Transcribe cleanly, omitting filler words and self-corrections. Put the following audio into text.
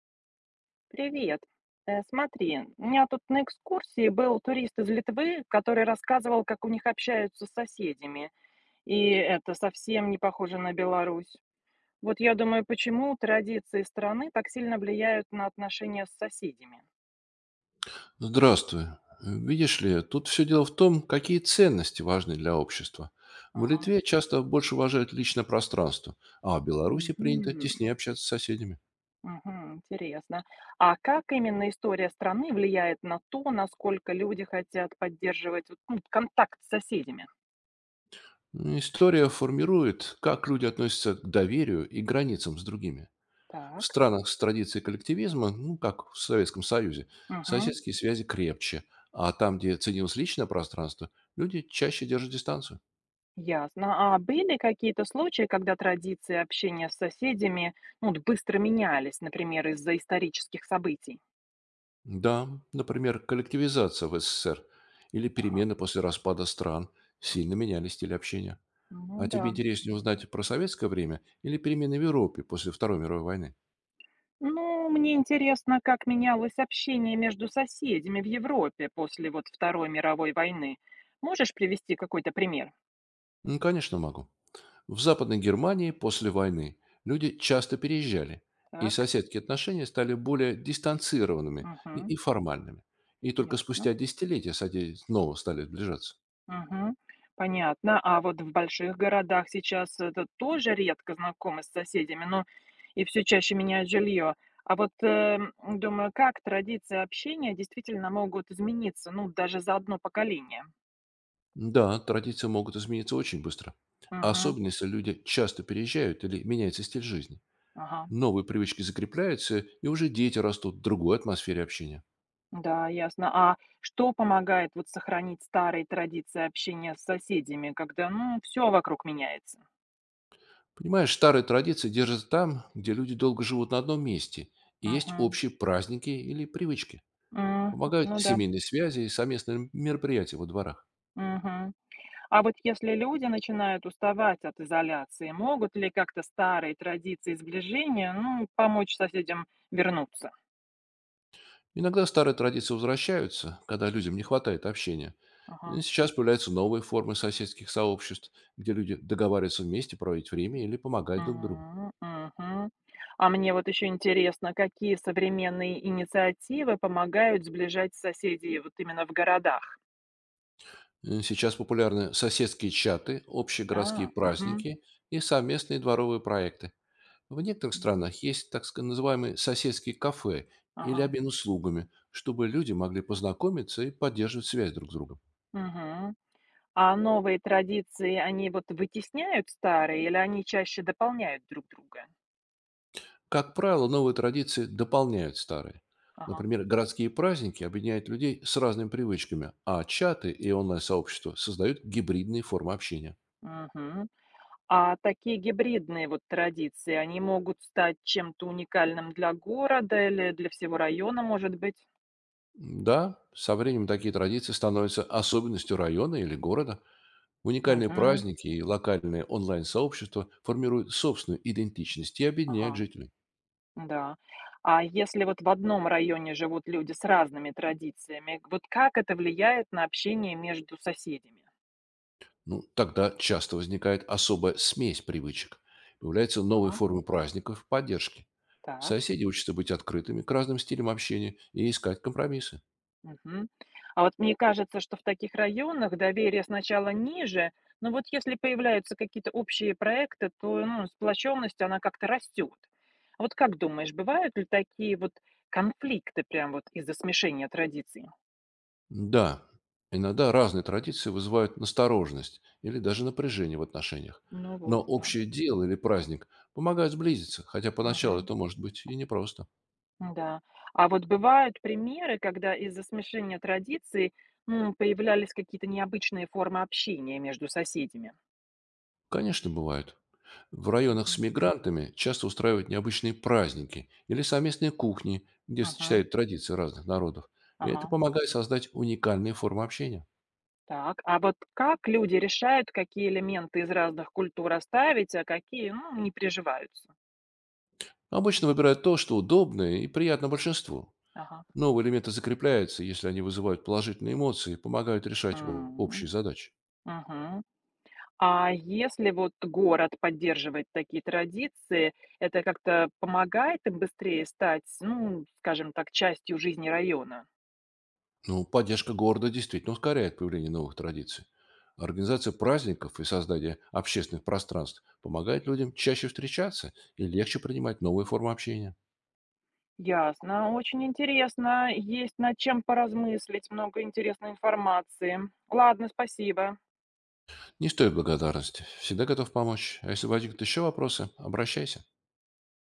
Привет. Смотри, у меня тут на экскурсии был турист из Литвы, который рассказывал, как у них общаются с соседями, и это совсем не похоже на Беларусь. Вот я думаю, почему традиции страны так сильно влияют на отношения с соседями. Здравствуй. Видишь ли, тут все дело в том, какие ценности важны для общества. В Ага. Литве часто больше уважают личное пространство, а в Беларуси принято Мгм. теснее общаться с соседями. Мгм. Интересно. А как именно история страны влияет на то, насколько люди хотят поддерживать вот, ну, контакт с соседями? История формирует, как люди относятся к доверию и границам с другими. В Так. странах с традицией коллективизма, ну, как в Советском Союзе, Мгм. соседские связи крепче, а там, где ценилось личное пространство, люди чаще держат дистанцию. Ясно. А были какие-то случаи, когда традиции общения с соседями, ну, вот быстро менялись, например, из-за исторических событий? Да, например, коллективизация в СССР или Ага. перемены после распада стран сильно меняли стиль общения. Ну А да. тебе интереснее узнать про советское время или перемены в Европе после Второй мировой войны? Ну, мне интересно, как менялось общение между соседями в Европе после вот Второй мировой войны. Можешь привести какой-то пример? Ну, конечно, могу. В Западной Германии после войны люди часто переезжали, и Так. соседские отношения стали более дистанцированными и, Угу. и формальными. И только Ясно. спустя десятилетия соседи снова стали сближаться. Мгм. Понятно. А вот в больших городах сейчас это тоже редко знакомы с соседями, но и все чаще меняют жилье. А вот думаю, как традиции общения действительно могут измениться, ну, даже за одно поколение. Да, традиции могут измениться очень быстро, Мгм. особенно если люди часто переезжают или меняется стиль жизни. Ага. Новые привычки закрепляются, и уже дети растут в другой атмосфере общения. Да, ясно. А что помогает вот сохранить старые традиции общения с соседями, когда, ну, все вокруг меняется? Понимаешь, старые традиции держатся там, где люди долго живут на одном месте, и есть Мгм. общие праздники или привычки. М. Помогают Ну да. семейные связи и совместные мероприятия во дворах. Мгм. А вот если люди начинают уставать от изоляции, могут ли как-то старые традиции сближения, ну, помочь соседям вернуться? Иногда старые традиции возвращаются, когда людям не хватает общения. Ага. Сейчас появляются новые формы соседских сообществ, где люди договариваются вместе проводить время или помогать друг другу. М, мгм. А мне вот еще интересно, какие современные инициативы помогают сближать соседей вот именно в городах? Сейчас популярны соседские чаты, общие городские А, мгм. праздники и совместные дворовые проекты. В некоторых странах есть называемые соседские кафе или Ага. обмен услугами, чтобы люди могли познакомиться и поддерживать связь друг с другом. Мгм. А новые традиции, они вот вытесняют старые или они чаще дополняют друг друга? Как правило, новые традиции дополняют старые. Ага. Например, городские праздники объединяют людей с разными привычками, а чаты и онлайн-сообщества создают гибридные формы общения. Мгм. А такие гибридные вот традиции, они могут стать чем-то уникальным для города или для всего района, может быть? Да, со временем такие традиции становятся особенностью района или города. Уникальные Мгм. праздники и локальные онлайн-сообщества формируют собственную идентичность и объединяют Ага, жителей. да. А если вот в одном районе живут люди с разными традициями, вот как это влияет на общение между соседями? Ну, тогда часто возникает особая смесь привычек. Появляются новые Ага, формы праздников поддержки. так. Соседи учатся быть открытыми к разным стилям общения и искать компромиссы. Мгм. А вот мне кажется, что в таких районах доверие сначала ниже, но вот если появляются какие-то общие проекты, то ну, сплоченность, она как-то растет. А вот как думаешь, бывают ли такие вот конфликты прям вот из-за смешения традиций? Да, иногда разные традиции вызывают настороженность или даже напряжение в отношениях. Ну вот, Но да. общее дело или праздник помогают сблизиться, хотя поначалу Мгм. это может быть и непросто. Да. А вот бывают примеры, когда из-за смешения традиций появлялись какие-то необычные формы общения между соседями? Конечно, бывают. В районах с Мгм. мигрантами часто устраивают необычные праздники или совместные кухни, где Мгм. сочетают традиции разных народов. И это Ага. помогает создать уникальные формы общения. Так, а вот как люди решают, какие элементы из разных культур оставить, а какие, ну, не приживаются? Обычно выбирают то, что удобно и приятно большинству. Ага. Новые элементы закрепляются, если они вызывают положительные эмоции и помогают решать общие М, задачи. мгм. А если вот город поддерживает такие традиции, это как-то помогает им быстрее стать, ну, скажем так, частью жизни района? Ну, поддержка города действительно ускоряет появление новых традиций. Организация праздников и создание общественных пространств помогает людям чаще встречаться и легче принимать новые формы общения. Ясно, очень интересно. Есть над чем поразмыслить, много интересной информации. Ладно, спасибо. Не стоит благодарности. Всегда готов помочь. А если возникнут еще вопросы, обращайся.